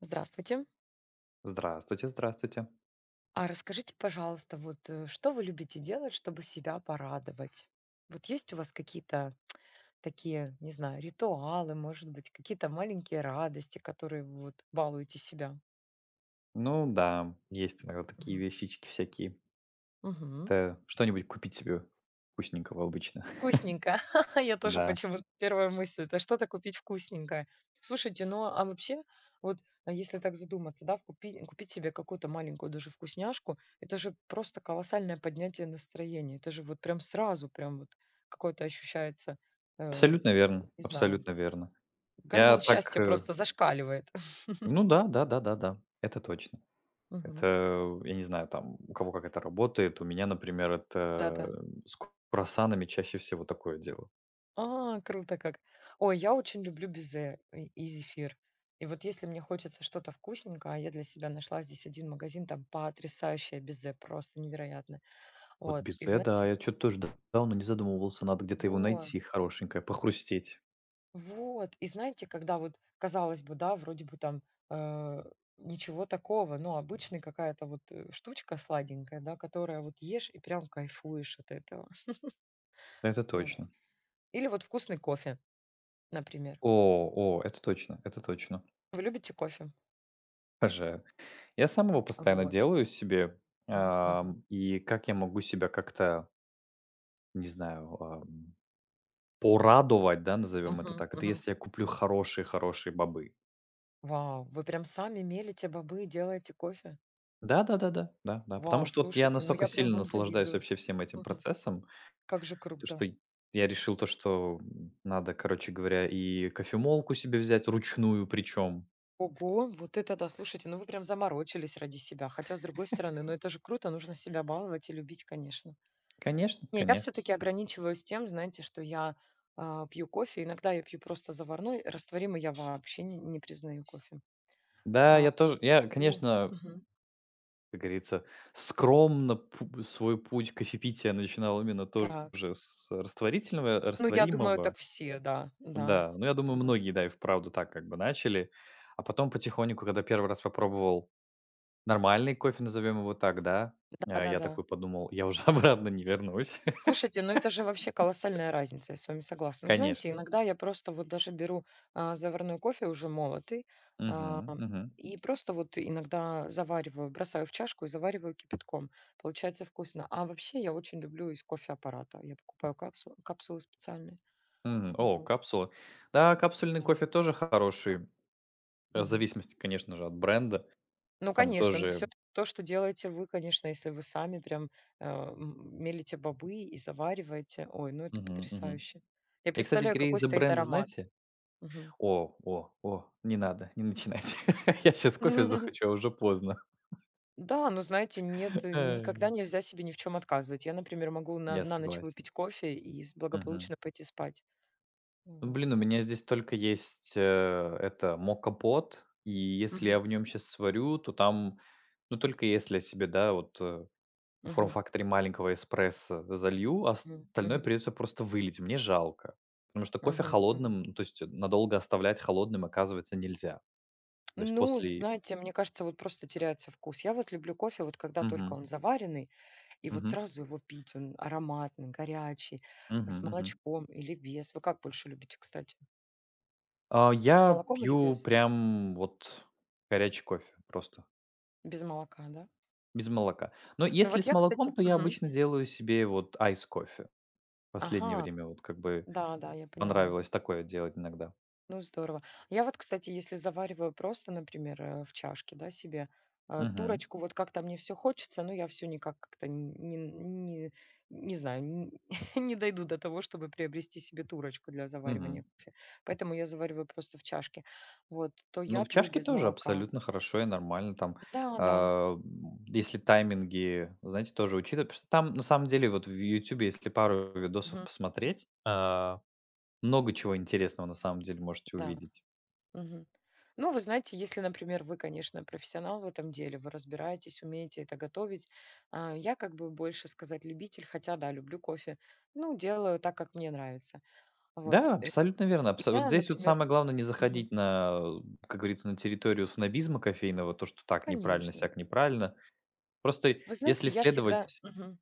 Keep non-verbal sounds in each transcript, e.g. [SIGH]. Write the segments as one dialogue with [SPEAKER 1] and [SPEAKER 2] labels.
[SPEAKER 1] Здравствуйте.
[SPEAKER 2] Здравствуйте, здравствуйте.
[SPEAKER 1] А расскажите, пожалуйста, вот что вы любите делать, чтобы себя порадовать? Вот есть у вас какие-то такие, не знаю, ритуалы, может быть, какие-то маленькие радости, которые вы вот балуете себя?
[SPEAKER 2] Ну да, есть иногда такие
[SPEAKER 1] Мгм.
[SPEAKER 2] вещички всякие.
[SPEAKER 1] Мгм.
[SPEAKER 2] Это что-нибудь купить себе вкусненького обычно. [LAUGHS]
[SPEAKER 1] Вкусненько. [LAUGHS] Я тоже
[SPEAKER 2] Да.
[SPEAKER 1] почему-то первая мысль- это что-то купить вкусненькое. Слушайте, ну, а вообще, вот, а если так задуматься, да, купить себе какую-то маленькую даже вкусняшку, это же просто колоссальное поднятие настроения. Это же вот прям сразу, прям вот какое-то ощущается, э,
[SPEAKER 2] Абсолютно верно,
[SPEAKER 1] не знаю,
[SPEAKER 2] абсолютно верно. Я
[SPEAKER 1] гормон
[SPEAKER 2] так,
[SPEAKER 1] счастья просто зашкаливает. [LAUGHS]
[SPEAKER 2] ну да, да, да, да, да, это точно.
[SPEAKER 1] Мгм.
[SPEAKER 2] Это, я не знаю, там, у кого как это работает. У меня, например, это
[SPEAKER 1] Да-да.
[SPEAKER 2] с круассанами чаще всего такое дело.
[SPEAKER 1] А, круто как. Ой, я очень люблю безе и зефир. И вот если мне хочется что-то вкусненькое, а я для себя нашла здесь один магазин, там потрясающее безе, просто невероятно.
[SPEAKER 2] Вот
[SPEAKER 1] Вот, и
[SPEAKER 2] безе, да,
[SPEAKER 1] знаете,
[SPEAKER 2] я что-то тоже давно не задумывался. Надо где-то его
[SPEAKER 1] вот,
[SPEAKER 2] найти хорошенькое, похрустеть.
[SPEAKER 1] когда вот, казалось бы, да, вроде бы там э, ничего такого, но обычная какая-то вот штучка сладенькая, да, которая вот ешь и прям кайфуешь от этого. [LAUGHS]
[SPEAKER 2] Это
[SPEAKER 1] Вот.
[SPEAKER 2] точно.
[SPEAKER 1] Или вот вкусный кофе, например.
[SPEAKER 2] О, о, это точно, это точно.
[SPEAKER 1] Вы любите кофе?
[SPEAKER 2] Обожаю. Я сам его постоянно
[SPEAKER 1] Вот.
[SPEAKER 2] делаю себе.
[SPEAKER 1] Мгм.
[SPEAKER 2] И как я могу себя как-то, не знаю, порадовать, да, назовем это
[SPEAKER 1] Мгм,
[SPEAKER 2] так, это
[SPEAKER 1] мгм.
[SPEAKER 2] если я куплю хорошие-хорошие бобы.
[SPEAKER 1] Вау, вы прям сами мелите бобы и делаете кофе?
[SPEAKER 2] Да-да-да-да, да-да. Потому
[SPEAKER 1] Вау,
[SPEAKER 2] что вот я
[SPEAKER 1] слушайте, ну
[SPEAKER 2] настолько
[SPEAKER 1] я прям
[SPEAKER 2] сильно
[SPEAKER 1] вам
[SPEAKER 2] наслаждаюсь
[SPEAKER 1] завидую.
[SPEAKER 2] вообще всем этим
[SPEAKER 1] Мгм.
[SPEAKER 2] процессом,
[SPEAKER 1] Как же
[SPEAKER 2] то
[SPEAKER 1] круто.
[SPEAKER 2] что я решил то, что надо, короче говоря, и кофемолку себе взять ручную причем.
[SPEAKER 1] Ого, вот это да, слушайте, ну вы прям заморочились ради себя. Хотя, с другой стороны, ну это же круто, нужно себя баловать и любить, конечно.
[SPEAKER 2] Конечно,
[SPEAKER 1] Не, я
[SPEAKER 2] конечно.
[SPEAKER 1] все-таки ограничиваюсь тем, знаете, что я пью кофе. Иногда я пью просто заварной, растворимый я вообще не признаю кофе.
[SPEAKER 2] Да, я тоже, я,
[SPEAKER 1] Ну,
[SPEAKER 2] конечно.
[SPEAKER 1] мгм.
[SPEAKER 2] Как говорится, скромно пу свой путь кофепития начинал именно тоже
[SPEAKER 1] Так.
[SPEAKER 2] с растворительного
[SPEAKER 1] Ну, я думаю,
[SPEAKER 2] растворимого.
[SPEAKER 1] так все, да, да.
[SPEAKER 2] Да, ну, я думаю,
[SPEAKER 1] Думаю,
[SPEAKER 2] многие, да,
[SPEAKER 1] все.
[SPEAKER 2] и вправду так как бы начали. А потом потихоньку, когда первый раз попробовал нормальный кофе, назовем его так, да,
[SPEAKER 1] Да, да,
[SPEAKER 2] я
[SPEAKER 1] да.
[SPEAKER 2] такой подумал: "Я уже [LAUGHS] обратно не вернусь". [LAUGHS]
[SPEAKER 1] Слушайте, ну это же вообще колоссальная разница, я с вами согласна. Ну,
[SPEAKER 2] Конечно.
[SPEAKER 1] знаете, иногда я просто вот даже беру заварной кофе уже молотый, а,
[SPEAKER 2] Мгм, мгм,
[SPEAKER 1] и просто вот иногда завариваю, бросаю в чашку и завариваю кипятком. Получается вкусно. А вообще я очень люблю из кофе аппарата. Я покупаю капсулы специальные.
[SPEAKER 2] мгм. О,
[SPEAKER 1] Вот.
[SPEAKER 2] капсулы. Да, капсульный
[SPEAKER 1] Да.
[SPEAKER 2] кофе тоже хороший, в
[SPEAKER 1] Мгм.
[SPEAKER 2] зависимости, конечно же, от бренда.
[SPEAKER 1] Ну,
[SPEAKER 2] Там
[SPEAKER 1] конечно, ну все
[SPEAKER 2] тоже
[SPEAKER 1] то, что делаете вы, конечно, если вы сами прям мелите бобы и завариваете. Ой, ну это
[SPEAKER 2] мгм, мгм.
[SPEAKER 1] потрясающе. Я
[SPEAKER 2] Я, кстати
[SPEAKER 1] представляю,
[SPEAKER 2] говоря,
[SPEAKER 1] какой
[SPEAKER 2] из-за
[SPEAKER 1] стоит
[SPEAKER 2] бренда,
[SPEAKER 1] аромат.
[SPEAKER 2] знаете.
[SPEAKER 1] Мгм.
[SPEAKER 2] О, о, о, не надо, не начинайте. [LAUGHS] Я сейчас кофе
[SPEAKER 1] [LAUGHS]
[SPEAKER 2] захочу, а уже поздно.
[SPEAKER 1] Да, но знаете, нет,
[SPEAKER 2] [LAUGHS] Э,
[SPEAKER 1] никогда нельзя себе ни в чем отказывать. Я, например, могу на
[SPEAKER 2] Я
[SPEAKER 1] на ночь
[SPEAKER 2] согласен.
[SPEAKER 1] выпить кофе и с
[SPEAKER 2] Мгм.
[SPEAKER 1] благополучно пойти спать.
[SPEAKER 2] Ну,
[SPEAKER 1] Вот.
[SPEAKER 2] блин, у меня здесь только есть, это мокопот, и если я
[SPEAKER 1] Мгм.
[SPEAKER 2] в нем сейчас сварю, то там, ну, только если я себе, да, вот, в
[SPEAKER 1] Мгм.
[SPEAKER 2] форм-факторе маленького эспрессо залью, а
[SPEAKER 1] Мгм.
[SPEAKER 2] остальное
[SPEAKER 1] Мгм.
[SPEAKER 2] придется просто вылить. Мне жалко. Потому что кофе
[SPEAKER 1] Мгм. Мгм.
[SPEAKER 2] холодным, ну, то есть надолго оставлять холодным, оказывается, нельзя. То есть
[SPEAKER 1] Ну,
[SPEAKER 2] после.
[SPEAKER 1] знаете, мне кажется, вот просто теряется вкус. Я вот люблю кофе, вот когда только
[SPEAKER 2] Мгм.
[SPEAKER 1] он заваренный, и вот
[SPEAKER 2] Мгм.
[SPEAKER 1] сразу его пить. Он ароматный, горячий, а
[SPEAKER 2] Мгм.
[SPEAKER 1] с
[SPEAKER 2] Мгм.
[SPEAKER 1] молочком или без. Вы как больше любите, кстати?
[SPEAKER 2] А,
[SPEAKER 1] С
[SPEAKER 2] я
[SPEAKER 1] молоком или
[SPEAKER 2] пью
[SPEAKER 1] без?
[SPEAKER 2] прям вот горячий кофе просто,
[SPEAKER 1] Без молока, да?
[SPEAKER 2] без молока. Но
[SPEAKER 1] Ну
[SPEAKER 2] если
[SPEAKER 1] вот
[SPEAKER 2] с
[SPEAKER 1] я,
[SPEAKER 2] молоком,
[SPEAKER 1] кстати.
[SPEAKER 2] то я
[SPEAKER 1] Мгм.
[SPEAKER 2] обычно делаю себе вот айс-кофе. В последнее
[SPEAKER 1] Ага.
[SPEAKER 2] время вот как бы
[SPEAKER 1] Да, да, я поняла.
[SPEAKER 2] понравилось такое делать иногда.
[SPEAKER 1] Ну, здорово. Я вот, кстати, если завариваю просто, например, в чашке, да, себе,
[SPEAKER 2] Мгм.
[SPEAKER 1] турочку, вот как-то мне все хочется, но я все никак как-то не знаю, [LAUGHS] не дойду до того, чтобы приобрести себе турочку для
[SPEAKER 2] Мгм.
[SPEAKER 1] заваривания кофе. Поэтому я завариваю просто в чашке. Вот, то
[SPEAKER 2] Ну,
[SPEAKER 1] я
[SPEAKER 2] в
[SPEAKER 1] пью
[SPEAKER 2] чашке
[SPEAKER 1] без
[SPEAKER 2] тоже
[SPEAKER 1] молока.
[SPEAKER 2] абсолютно хорошо и нормально. Там,
[SPEAKER 1] Да, да.
[SPEAKER 2] если тайминги, знаете, тоже учитывать. Потому что там, на самом деле, вот в "Ютубе", если пару видосов
[SPEAKER 1] Мгм.
[SPEAKER 2] посмотреть, много чего интересного на самом деле можете
[SPEAKER 1] Да.
[SPEAKER 2] увидеть.
[SPEAKER 1] Мгм. Ну, вы знаете, если, например, вы, конечно, профессионал в этом деле, вы разбираетесь, умеете это готовить. Я как бы больше сказать любитель, хотя, да, люблю кофе. Ну, делаю так, как мне нравится. Вот.
[SPEAKER 2] Да,
[SPEAKER 1] И
[SPEAKER 2] абсолютно верно. Абсо Вот
[SPEAKER 1] Я,
[SPEAKER 2] здесь вот
[SPEAKER 1] например,
[SPEAKER 2] самое главное не
[SPEAKER 1] мгм,
[SPEAKER 2] заходить на, как говорится, на территорию снобизма кофейного, то, что так неправильно,
[SPEAKER 1] конечно.
[SPEAKER 2] сяк неправильно. Просто
[SPEAKER 1] Вы
[SPEAKER 2] если
[SPEAKER 1] знаете, я всегда
[SPEAKER 2] следовать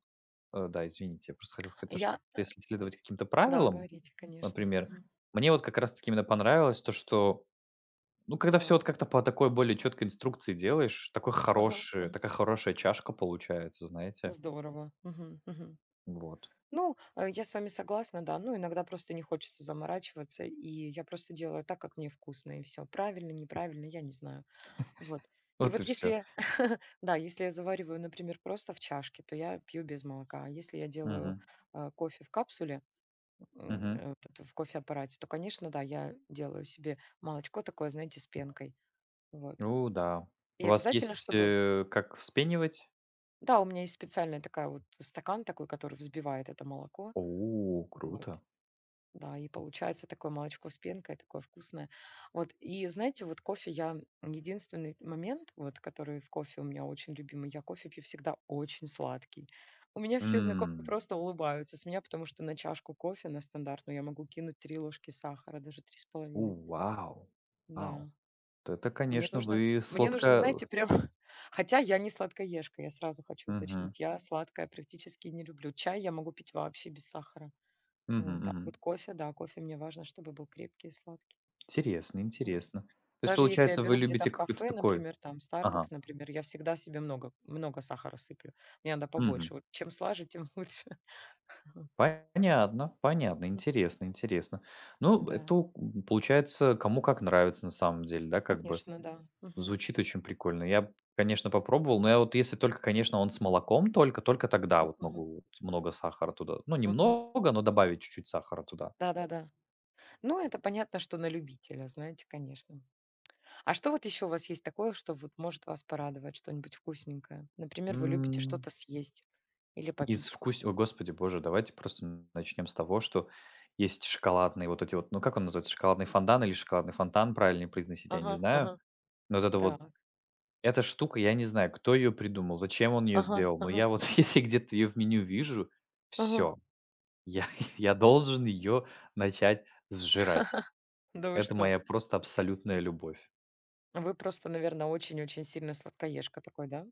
[SPEAKER 2] да, извините, я просто хотел сказать то, что
[SPEAKER 1] Я... э,
[SPEAKER 2] если следовать каким-то
[SPEAKER 1] да,
[SPEAKER 2] правилам,
[SPEAKER 1] говорите, конечно.
[SPEAKER 2] например,
[SPEAKER 1] Мгм.
[SPEAKER 2] мне вот как раз таки именно понравилось то, что, ну, когда все
[SPEAKER 1] Так.
[SPEAKER 2] вот как-то по такой более четкой инструкции делаешь, такой
[SPEAKER 1] Ага, ага.
[SPEAKER 2] хороший такая хорошая чашка получается, знаете.
[SPEAKER 1] Здорово. Мгм, мгм.
[SPEAKER 2] Вот.
[SPEAKER 1] Ну, я с вами согласна, да. Ну, иногда просто не хочется заморачиваться, и я просто делаю так, как мне вкусно, и все. Правильно, неправильно, я не знаю. Вот. И
[SPEAKER 2] Вот и
[SPEAKER 1] вот
[SPEAKER 2] все.
[SPEAKER 1] если, [LAUGHS] да, если я завариваю, например, просто в чашке, то я пью без молока. А если я делаю
[SPEAKER 2] Угу,
[SPEAKER 1] кофе в капсуле,
[SPEAKER 2] угу.
[SPEAKER 1] вот это в кофеаппарате, то, конечно, да, я делаю себе молочко такое, знаете, с пенкой. Вот.
[SPEAKER 2] Ну да. У
[SPEAKER 1] И
[SPEAKER 2] вас
[SPEAKER 1] обязательно,
[SPEAKER 2] есть,
[SPEAKER 1] чтобы.
[SPEAKER 2] как вспенивать?
[SPEAKER 1] Да, у меня есть специальная такая вот стакан такой, который взбивает это молоко.
[SPEAKER 2] О,
[SPEAKER 1] Вот.
[SPEAKER 2] круто.
[SPEAKER 1] Да, и получается такое молочко с пенкой, такое вкусное. Вот, и знаете, вот кофе я единственный момент, вот, который в кофе у меня очень любимый, я кофе пью всегда очень сладкий. У меня все знакомые
[SPEAKER 2] М.
[SPEAKER 1] просто улыбаются с меня, потому что на чашку кофе, на стандартную, я могу кинуть три ложки сахара, даже три с
[SPEAKER 2] У,
[SPEAKER 1] половиной.
[SPEAKER 2] вау, вау.
[SPEAKER 1] Да.
[SPEAKER 2] Вот это,
[SPEAKER 1] Мне
[SPEAKER 2] конечно,
[SPEAKER 1] нужно,
[SPEAKER 2] вы
[SPEAKER 1] мне нужно,
[SPEAKER 2] сладко.
[SPEAKER 1] знаете, прям. [LAUGHS] Хотя я не сладкоежка, я сразу хочу
[SPEAKER 2] Мгм,
[SPEAKER 1] уточнить. Я сладкое практически не люблю. Чай я могу пить вообще без сахара.
[SPEAKER 2] мгм,
[SPEAKER 1] Вот, а
[SPEAKER 2] мгм.
[SPEAKER 1] вот кофе мне важно, чтобы был крепкий и сладкий.
[SPEAKER 2] Интересно,
[SPEAKER 1] М.
[SPEAKER 2] интересно. То есть,
[SPEAKER 1] Даже если я
[SPEAKER 2] получается, вы
[SPEAKER 1] беру где-то
[SPEAKER 2] любите
[SPEAKER 1] в
[SPEAKER 2] какой-то
[SPEAKER 1] кафе,
[SPEAKER 2] такой.
[SPEAKER 1] например, там Starbucks,
[SPEAKER 2] Ага,
[SPEAKER 1] например, я всегда себе много, много сахара сыплю. Мне надо
[SPEAKER 2] мгм.
[SPEAKER 1] побольше. Вот чем слаже, тем лучше. [LAUGHS]
[SPEAKER 2] Понятно, понятно.
[SPEAKER 1] М,
[SPEAKER 2] Интересно, интересно. Ну, это
[SPEAKER 1] Да,
[SPEAKER 2] у получается, кому как нравится на самом деле, да, как бы.
[SPEAKER 1] конечно, да. Мгм.
[SPEAKER 2] Звучит очень прикольно. Я б, конечно, попробовал, но я вот если только, конечно, он с молоком только, только тогда
[SPEAKER 1] Мгм.
[SPEAKER 2] вот
[SPEAKER 1] Мгм.
[SPEAKER 2] могу вот много сахара туда. Ну,
[SPEAKER 1] Мгм.
[SPEAKER 2] немного, но добавить чуть-чуть сахара туда.
[SPEAKER 1] Да-да-да. Ну, это понятно, что на любителя, знаете, конечно. А что вот еще у вас есть такое, что вот может вас порадовать, что-нибудь вкусненькое? Например, вы любите
[SPEAKER 2] М,
[SPEAKER 1] что-то съесть или
[SPEAKER 2] из
[SPEAKER 1] попить.
[SPEAKER 2] вкус О, господи боже, давайте просто начнем с того, что есть шоколадные вот эти вот, ну, как он называется, шоколадный фондан или шоколадный фонтан, правильнее произносить, я не
[SPEAKER 1] Ага,
[SPEAKER 2] знаю.
[SPEAKER 1] ага,
[SPEAKER 2] Но вот это вот,
[SPEAKER 1] так.
[SPEAKER 2] эта штука, я не знаю, кто ее придумал, зачем он ее
[SPEAKER 1] Ага,
[SPEAKER 2] сделал, но
[SPEAKER 1] ага,
[SPEAKER 2] я вот [LAUGHS] если где-то ее в меню вижу,
[SPEAKER 1] ага.
[SPEAKER 2] все, я [LAUGHS] я должен ее начать сжирать.
[SPEAKER 1] [LAUGHS] Да вы
[SPEAKER 2] Это
[SPEAKER 1] что?
[SPEAKER 2] моя просто абсолютная любовь.
[SPEAKER 1] Вы просто, наверное, очень-очень сильно сладкоежка такой, да?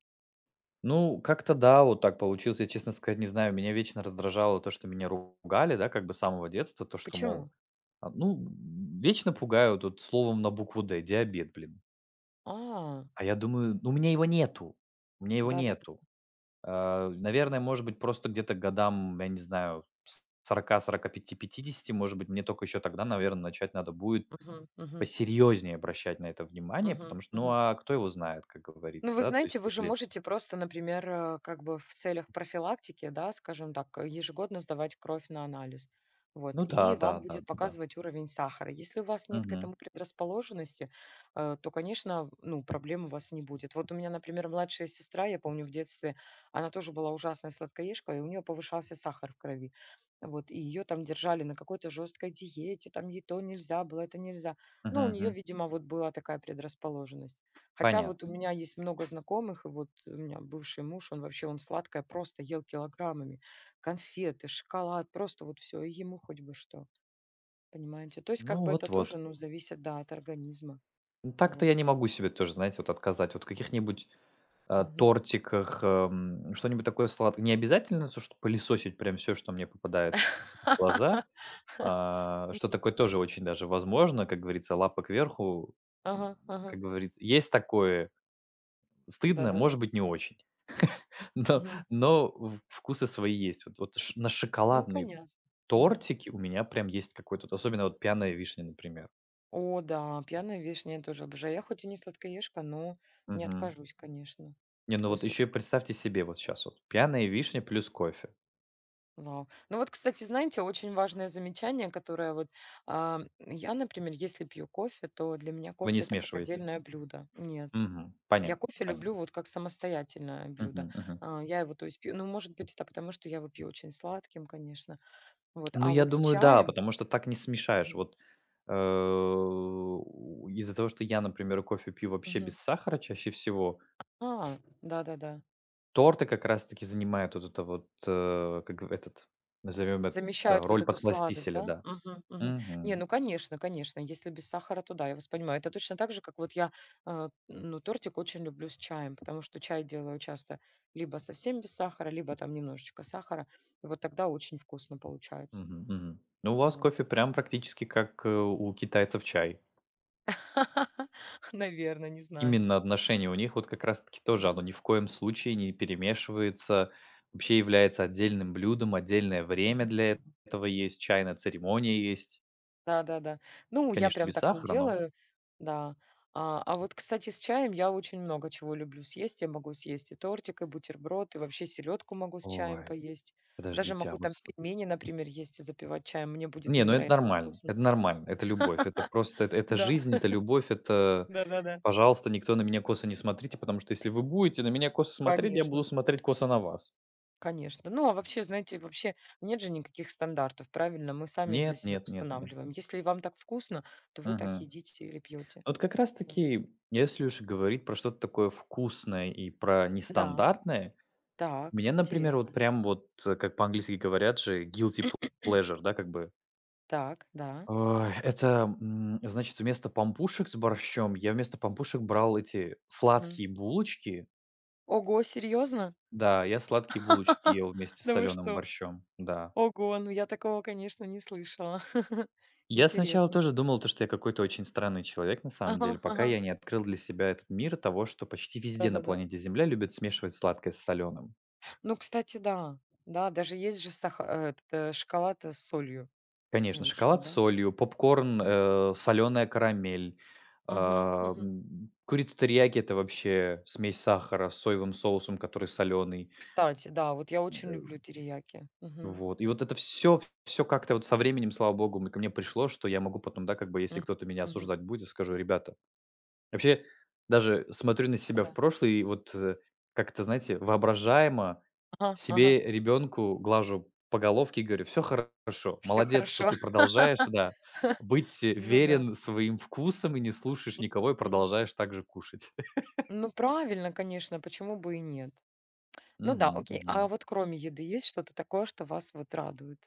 [SPEAKER 2] Ну, как-то да, вот так получилось. Я, честно сказать, не знаю, меня вечно раздражало то, что меня ругали, да, как бы с самого детства, то, что, мол.
[SPEAKER 1] Почему?
[SPEAKER 2] А, ну, вечно пугают вот словом на букву "Д" - диабет, блин.
[SPEAKER 1] А,
[SPEAKER 2] А я думаю, ну, у меня его нету, у меня его
[SPEAKER 1] да-да-да.
[SPEAKER 2] нету. А, наверное, может быть, просто где-то к годам, я не знаю, с 40 45, 50, может быть, мне только еще тогда, наверное, начать надо будет
[SPEAKER 1] Мгм, мгм,
[SPEAKER 2] посерьезнее обращать на это внимание,
[SPEAKER 1] мгм,
[SPEAKER 2] потому что, ну,
[SPEAKER 1] мгм.
[SPEAKER 2] а кто его знает, как
[SPEAKER 1] Ну,
[SPEAKER 2] говорится,
[SPEAKER 1] вы
[SPEAKER 2] да? То есть,
[SPEAKER 1] знаете, вы же
[SPEAKER 2] если.
[SPEAKER 1] можете просто, например, как бы в целях профилактики, да, скажем так, ежегодно сдавать кровь на анализ. Вот,
[SPEAKER 2] Ну да,
[SPEAKER 1] и
[SPEAKER 2] да,
[SPEAKER 1] вам
[SPEAKER 2] да,
[SPEAKER 1] будет
[SPEAKER 2] да, да.
[SPEAKER 1] показывать уровень сахара. Если у вас нет к
[SPEAKER 2] Мгм.
[SPEAKER 1] этому предрасположенности, то, конечно, ну, проблем у вас не будет. Вот у меня, например, младшая сестра, я помню в детстве, она тоже была ужасная сладкоежка, и у нее повышался сахар в крови. Вот, и ее там держали на какой-то жесткой диете, там ей то нельзя было, это нельзя.
[SPEAKER 2] Мгм,
[SPEAKER 1] Ну, у нее,
[SPEAKER 2] мгм.
[SPEAKER 1] видимо, вот была такая предрасположенность. Хотя вот у
[SPEAKER 2] Понятно.
[SPEAKER 1] меня есть много знакомых, и вот у меня бывший муж, он сладкое просто ел килограммами. Конфеты, шоколад, просто вот все, и ему хоть бы что, понимаете? То есть как
[SPEAKER 2] Ну,
[SPEAKER 1] бы это
[SPEAKER 2] вот-вот.
[SPEAKER 1] тоже, ну, зависит, да, от организма,
[SPEAKER 2] Ну, так-то
[SPEAKER 1] вот.
[SPEAKER 2] я не могу себе тоже, знаете, вот отказать. Вот каких-нибудь
[SPEAKER 1] Мгм.
[SPEAKER 2] тортиках, что-нибудь такое сладкое. Не обязательно, то, что пылесосить прям все что мне попадается под глаза,
[SPEAKER 1] [LAUGHS]
[SPEAKER 2] а, что
[SPEAKER 1] Мгм.
[SPEAKER 2] такое тоже очень даже возможно, как говорится, лапа кверху, м,
[SPEAKER 1] Ага, ага,
[SPEAKER 2] как говорится. Есть такое, стыдно,
[SPEAKER 1] да-да-да.
[SPEAKER 2] может быть, не очень, [LAUGHS] но
[SPEAKER 1] Мгм.
[SPEAKER 2] в вкусы свои есть. Вот вот ш на
[SPEAKER 1] Ну,
[SPEAKER 2] шоколадные
[SPEAKER 1] понятно. Мгм.
[SPEAKER 2] тортики у меня прям есть какой-то, вот, особенно вот "Пьяная вишня", например.
[SPEAKER 1] О, да, пьяная вишня я тоже обожаю. Я хоть и не сладкоежка, но не
[SPEAKER 2] Мгм.
[SPEAKER 1] откажусь, конечно,
[SPEAKER 2] Не,
[SPEAKER 1] от
[SPEAKER 2] ну вот еще
[SPEAKER 1] кусочка.
[SPEAKER 2] представьте себе вот сейчас вот: "Пьяная вишня" плюс кофе.
[SPEAKER 1] Да. Ну вот, кстати, знаете, очень важное замечание, которое вот я, например, если пью кофе, то для меня
[SPEAKER 2] Вы не
[SPEAKER 1] кофе это как
[SPEAKER 2] смешиваете?
[SPEAKER 1] отдельное блюдо. Нет.
[SPEAKER 2] Мгм.
[SPEAKER 1] Я
[SPEAKER 2] Понятно,
[SPEAKER 1] кофе
[SPEAKER 2] понятно.
[SPEAKER 1] люблю вот как самостоятельное блюдо.
[SPEAKER 2] Мгм, мгм.
[SPEAKER 1] А, я его, то есть, пью. Ну, может быть, это потому, что я его пью очень сладким, конечно. Вот.
[SPEAKER 2] Ну,
[SPEAKER 1] А
[SPEAKER 2] я
[SPEAKER 1] вот с
[SPEAKER 2] думаю, да,
[SPEAKER 1] чаем.
[SPEAKER 2] потому что так не смешаешь.
[SPEAKER 1] Мгм.
[SPEAKER 2] Вот, э, у из-за того, что я, например, кофе пью вообще
[SPEAKER 1] Мгм.
[SPEAKER 2] без сахара чаще всего,
[SPEAKER 1] А, да-да-да.
[SPEAKER 2] торты как раз таки занимают вот это вот, как в этот, назовем это,
[SPEAKER 1] Замещают вот
[SPEAKER 2] роль
[SPEAKER 1] эту сладость,
[SPEAKER 2] подсластителя,
[SPEAKER 1] да?
[SPEAKER 2] да.
[SPEAKER 1] Мгм, мгм. Не,
[SPEAKER 2] Мгм,
[SPEAKER 1] ну конечно, конечно, если без сахара, то да, я вас понимаю. Это точно так же, как вот я, ну, тортик очень люблю с чаем, потому что чай делаю часто либо совсем без сахара, либо там немножечко сахара. И вот тогда очень вкусно получается.
[SPEAKER 2] мгм, мгм. Ну, у вас
[SPEAKER 1] Вот.
[SPEAKER 2] кофе прям практически как, у китайцев чай.
[SPEAKER 1] [LAUGHS] Наверное, не знаю.
[SPEAKER 2] Именно отношение у них вот как раз-таки тоже, оно
[SPEAKER 1] Мгм,
[SPEAKER 2] ни в коем случае не перемешивается, вообще является отдельным блюдом, отдельное время
[SPEAKER 1] мгм,
[SPEAKER 2] для
[SPEAKER 1] мгм.
[SPEAKER 2] этого есть, чайная церемония есть.
[SPEAKER 1] Да-да-да. Ну, я
[SPEAKER 2] Конечно,
[SPEAKER 1] прям
[SPEAKER 2] без
[SPEAKER 1] так не
[SPEAKER 2] сахара, но.
[SPEAKER 1] делаю, да. А вот, кстати, с чаем я очень много чего люблю съесть. Я могу съесть и тортик, и бутерброд, и вообще селедку могу с чаем
[SPEAKER 2] Ой,
[SPEAKER 1] поесть. Даже
[SPEAKER 2] подождите, а
[SPEAKER 1] могу
[SPEAKER 2] вот
[SPEAKER 1] там
[SPEAKER 2] с.
[SPEAKER 1] пельмени, например, есть и запивать чаем. Мне будет
[SPEAKER 2] Не, ну это
[SPEAKER 1] невероятно
[SPEAKER 2] нормально,
[SPEAKER 1] вкусно.
[SPEAKER 2] это нормально, это любовь, это
[SPEAKER 1] [LAUGHS]
[SPEAKER 2] просто, это
[SPEAKER 1] Да,
[SPEAKER 2] жизнь, это любовь, это,
[SPEAKER 1] да-да-да.
[SPEAKER 2] пожалуйста, никто на меня косо не смотрите, потому что если вы будете на меня косо смотреть, я
[SPEAKER 1] Конечно,
[SPEAKER 2] буду смотреть косо на вас.
[SPEAKER 1] конечно. Ну, а вообще, знаете, вообще нет же никаких стандартов, правильно? Мы сами их для
[SPEAKER 2] Нет,
[SPEAKER 1] себя
[SPEAKER 2] нет, нет, нет.
[SPEAKER 1] устанавливаем. Если вам так вкусно, то вы так
[SPEAKER 2] Мгм.
[SPEAKER 1] едите или пьете.
[SPEAKER 2] Вот как раз
[SPEAKER 1] Вот.
[SPEAKER 2] таки, если уж говорить про что-то такое вкусное и про
[SPEAKER 1] Да,
[SPEAKER 2] нестандартное,
[SPEAKER 1] так,
[SPEAKER 2] меня, например, вот
[SPEAKER 1] интересно.
[SPEAKER 2] прям вот, как по-английски говорят же, guilty pleasure, да, как бы.
[SPEAKER 1] Так, да.
[SPEAKER 2] Ой, это, значит, вместо помпушек с борщом я вместо помпушек брал эти
[SPEAKER 1] Мгм.
[SPEAKER 2] сладкие булочки.
[SPEAKER 1] Ого, серьезно?
[SPEAKER 2] Да, я сладкие булочки
[SPEAKER 1] [LAUGHS]
[SPEAKER 2] ел вместе с
[SPEAKER 1] Да вы
[SPEAKER 2] соленым
[SPEAKER 1] что?
[SPEAKER 2] борщом, да.
[SPEAKER 1] Ого, ну я такого, конечно, не слышала. [LAUGHS]
[SPEAKER 2] Я сначала
[SPEAKER 1] Интересно.
[SPEAKER 2] тоже думал, то, что я какой-то очень странный человек на самом
[SPEAKER 1] Ага,
[SPEAKER 2] деле, пока
[SPEAKER 1] ага.
[SPEAKER 2] я не открыл для себя этот мир того, что почти везде на
[SPEAKER 1] Да-да-да.
[SPEAKER 2] планете Земля любят смешивать сладкое с соленым.
[SPEAKER 1] Ну, кстати, да. Да, даже есть же шоколад с солью
[SPEAKER 2] Конечно,
[SPEAKER 1] вышел,
[SPEAKER 2] шоколад с
[SPEAKER 1] да?
[SPEAKER 2] солью, попкорн,
[SPEAKER 1] М.
[SPEAKER 2] солёная карамель,
[SPEAKER 1] Мгм, мгм.
[SPEAKER 2] курица терияки - это вообще смесь сахара с соевым соусом, который соленый.
[SPEAKER 1] Кстати, да, вот я очень люблю
[SPEAKER 2] Э,
[SPEAKER 1] терияки. Мгм,
[SPEAKER 2] вот. И вот это все, все как-то вот со временем, слава богу, мы ко мне пришло, что я могу потом, да, как бы, если
[SPEAKER 1] м,
[SPEAKER 2] кто-то меня
[SPEAKER 1] мгм.
[SPEAKER 2] осуждать будет, скажу: "Ребята. Вообще, даже смотрю на себя в
[SPEAKER 1] Да.
[SPEAKER 2] прошлое и вот, как-то, знаете, воображаемо
[SPEAKER 1] Ага, ага.
[SPEAKER 2] себе, ребенку глажу по головке и говорю: все хорошо,
[SPEAKER 1] Все
[SPEAKER 2] молодец, что
[SPEAKER 1] хорошо.
[SPEAKER 2] ты продолжаешь, да,
[SPEAKER 1] [LAUGHS]
[SPEAKER 2] быть
[SPEAKER 1] Ну да.
[SPEAKER 2] верен своим вкусам и не слушаешь никого, и
[SPEAKER 1] Мгм.
[SPEAKER 2] продолжаешь так же кушать". [LAUGHS]
[SPEAKER 1] Ну правильно, конечно, почему бы и нет. Ну да,
[SPEAKER 2] Мгм,
[SPEAKER 1] окей. А
[SPEAKER 2] мгм.
[SPEAKER 1] вот кроме еды есть что-то такое, что вас вот радует?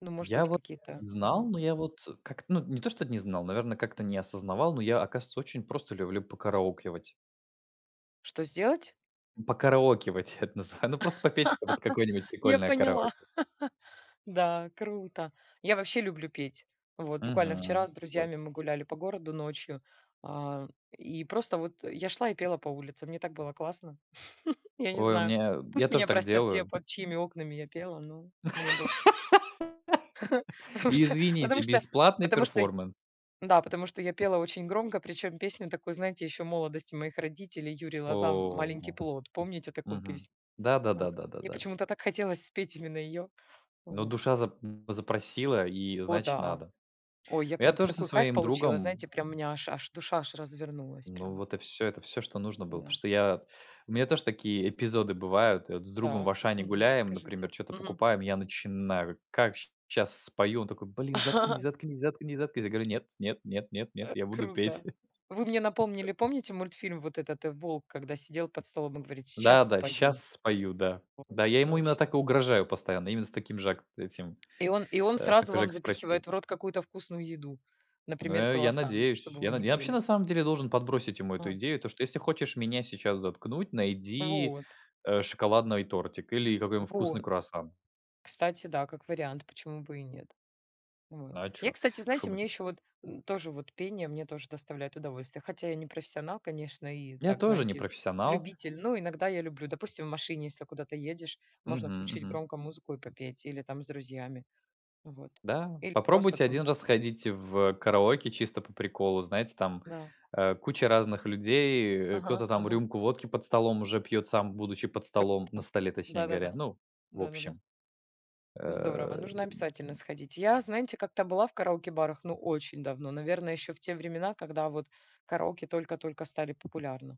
[SPEAKER 1] Ну, может
[SPEAKER 2] Я
[SPEAKER 1] быть,
[SPEAKER 2] вот
[SPEAKER 1] какие-то.
[SPEAKER 2] не знал,
[SPEAKER 1] Мгм.
[SPEAKER 2] но я вот как ну, не то что не знал, наверное, как-то не осознавал, но я, оказывается, очень просто люблю покараокевать.
[SPEAKER 1] Что сделать?
[SPEAKER 2] Покараокевать [LAUGHS] я это называю. Ну, просто попеть в под какое-нибудь
[SPEAKER 1] Я
[SPEAKER 2] прикольное
[SPEAKER 1] поняла.
[SPEAKER 2] караоке.
[SPEAKER 1] [LAUGHS] Да, круто. Я вообще люблю петь. Вот, буквально вчера
[SPEAKER 2] Мгм.
[SPEAKER 1] с
[SPEAKER 2] Вот.
[SPEAKER 1] друзьями мы гуляли по городу ночью, и просто вот я шла и пела по улице. Мне так было классно. Я не
[SPEAKER 2] Ой,
[SPEAKER 1] знаю.
[SPEAKER 2] я
[SPEAKER 1] Пусть
[SPEAKER 2] тоже
[SPEAKER 1] меня
[SPEAKER 2] так
[SPEAKER 1] простят те,
[SPEAKER 2] делаю.
[SPEAKER 1] под чьими окнами я пела, но мне было. [LAUGHS] Потому
[SPEAKER 2] И
[SPEAKER 1] что,
[SPEAKER 2] извините,
[SPEAKER 1] потому что,
[SPEAKER 2] бесплатный
[SPEAKER 1] потому что,
[SPEAKER 2] перформанс.
[SPEAKER 1] да, потому что я пела очень громко, причем песню такую, знаете, еще молодости моих родителей, Юрий Лоза "Маленький
[SPEAKER 2] О,
[SPEAKER 1] плод". Помните такую
[SPEAKER 2] мгм.
[SPEAKER 1] песню? Вот. Мне
[SPEAKER 2] Да-да-да-да-да-да.
[SPEAKER 1] почему-то так хотелось спеть именно ее.
[SPEAKER 2] Но
[SPEAKER 1] Вот.
[SPEAKER 2] душа запросила, и
[SPEAKER 1] О
[SPEAKER 2] значит
[SPEAKER 1] да!
[SPEAKER 2] надо.
[SPEAKER 1] Ой, я
[SPEAKER 2] Я
[SPEAKER 1] прям
[SPEAKER 2] тоже со
[SPEAKER 1] такой кайф
[SPEAKER 2] своим
[SPEAKER 1] получила,
[SPEAKER 2] другом,
[SPEAKER 1] знаете, прям у меня аж душа аж развернулась
[SPEAKER 2] ну,
[SPEAKER 1] прям,
[SPEAKER 2] вот и все, это все, что нужно было. Потому
[SPEAKER 1] да.
[SPEAKER 2] что я у меня тоже такие эпизоды бывают. И вот с другом в
[SPEAKER 1] Так,
[SPEAKER 2] "Ашане" гуляем,
[SPEAKER 1] расскажите.
[SPEAKER 2] например, что то
[SPEAKER 1] Мгм.
[SPEAKER 2] покупаем, я начинаю: "Как сейчас спою". Он такой: "Блин, заткнись,
[SPEAKER 1] [LAUGHS]
[SPEAKER 2] заткнись, заткнись, заткнись". Я говорю: "Нет, нет, нет, нет, нет, я буду петь".
[SPEAKER 1] Круто. Вы мне напомнили, помните мультфильм вот этот, волк, когда сидел под столом и говорит: "Сейчас
[SPEAKER 2] Да-да,
[SPEAKER 1] спою".
[SPEAKER 2] сейчас спою, да.
[SPEAKER 1] Вот,
[SPEAKER 2] Да, я ему именно
[SPEAKER 1] точно.
[SPEAKER 2] так и угрожаю постоянно, именно с таким же ак этим,
[SPEAKER 1] И он
[SPEAKER 2] с
[SPEAKER 1] сразу
[SPEAKER 2] такой же
[SPEAKER 1] вам
[SPEAKER 2] экспрессией.
[SPEAKER 1] запихивает в рот какую-то вкусную еду,
[SPEAKER 2] Но
[SPEAKER 1] например,
[SPEAKER 2] я
[SPEAKER 1] круассан,
[SPEAKER 2] надеюсь,
[SPEAKER 1] чтобы вы не
[SPEAKER 2] я вообще, на
[SPEAKER 1] пели.
[SPEAKER 2] самом деле, должен подбросить ему
[SPEAKER 1] А,
[SPEAKER 2] эту идею, то, что если хочешь меня сейчас заткнуть, найди,
[SPEAKER 1] вот,
[SPEAKER 2] шоколадный тортик или какой-нибудь вкусный
[SPEAKER 1] вот.
[SPEAKER 2] круассан.
[SPEAKER 1] Кстати, да, как вариант, почему бы и нет. Вот.
[SPEAKER 2] А
[SPEAKER 1] Я,
[SPEAKER 2] чё?
[SPEAKER 1] кстати,
[SPEAKER 2] Шо
[SPEAKER 1] знаете,
[SPEAKER 2] бы
[SPEAKER 1] мне еще вот тоже вот пение мне тоже доставляет удовольствие. Хотя я не профессионал, конечно, и
[SPEAKER 2] Я
[SPEAKER 1] так,
[SPEAKER 2] тоже не
[SPEAKER 1] знаете,
[SPEAKER 2] профессионал.
[SPEAKER 1] любитель. Но иногда я люблю. Допустим, в машине, если куда-то едешь, можно
[SPEAKER 2] Мгм,
[SPEAKER 1] включить
[SPEAKER 2] мгм.
[SPEAKER 1] громко музыку и попеть. Или там с друзьями. Вот.
[SPEAKER 2] Да,
[SPEAKER 1] Или просто
[SPEAKER 2] попробуйте один
[SPEAKER 1] там.
[SPEAKER 2] раз сходить в караоке чисто по приколу. Знаете, там,
[SPEAKER 1] Да.
[SPEAKER 2] куча разных людей,
[SPEAKER 1] Ага,
[SPEAKER 2] кто-то там
[SPEAKER 1] ага.
[SPEAKER 2] рюмку водки под столом уже пьет, сам будучи под столом, на
[SPEAKER 1] Круто.
[SPEAKER 2] столе, точнее говоря.
[SPEAKER 1] Да-да-да.
[SPEAKER 2] Ну, в
[SPEAKER 1] Да-да-да.
[SPEAKER 2] общем,
[SPEAKER 1] Здорово,
[SPEAKER 2] э,
[SPEAKER 1] нужно обязательно сходить. Я, знаете, как-то была в караоке-барах, ну, очень давно, наверное, еще в те времена, когда вот караоке только-только стали популярны.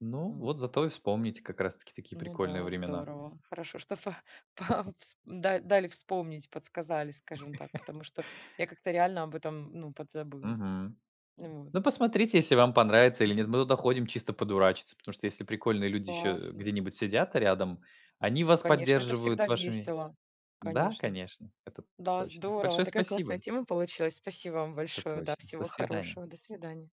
[SPEAKER 2] ну,
[SPEAKER 1] Вот.
[SPEAKER 2] вот зато и вспомните как раз таки такие
[SPEAKER 1] Ну
[SPEAKER 2] прикольные
[SPEAKER 1] да,
[SPEAKER 2] времена.
[SPEAKER 1] здорово. Хорошо, что [LAUGHS] по- дали вспомнить, подсказали, скажем так, потому что я как-то реально об этом, ну, подзабыла.
[SPEAKER 2] Мгм.
[SPEAKER 1] Вот.
[SPEAKER 2] Ну, посмотрите, если вам понравится или нет.
[SPEAKER 1] Мгм.
[SPEAKER 2] Мы туда ходим чисто подурачиться, потому что если прикольные люди еще
[SPEAKER 1] Классно.
[SPEAKER 2] где-нибудь сидят рядом, они вас
[SPEAKER 1] Конечно, это
[SPEAKER 2] поддерживают с
[SPEAKER 1] всегда
[SPEAKER 2] вашими.
[SPEAKER 1] весело.
[SPEAKER 2] Да,
[SPEAKER 1] Конечно.
[SPEAKER 2] конечно, это
[SPEAKER 1] Да,
[SPEAKER 2] точно.
[SPEAKER 1] здорово.
[SPEAKER 2] Большое
[SPEAKER 1] Такая классная
[SPEAKER 2] спасибо.
[SPEAKER 1] тема получилась. Спасибо вам
[SPEAKER 2] Это
[SPEAKER 1] большое. Да,
[SPEAKER 2] точно. До
[SPEAKER 1] всего
[SPEAKER 2] свидания.
[SPEAKER 1] хорошего. До свидания.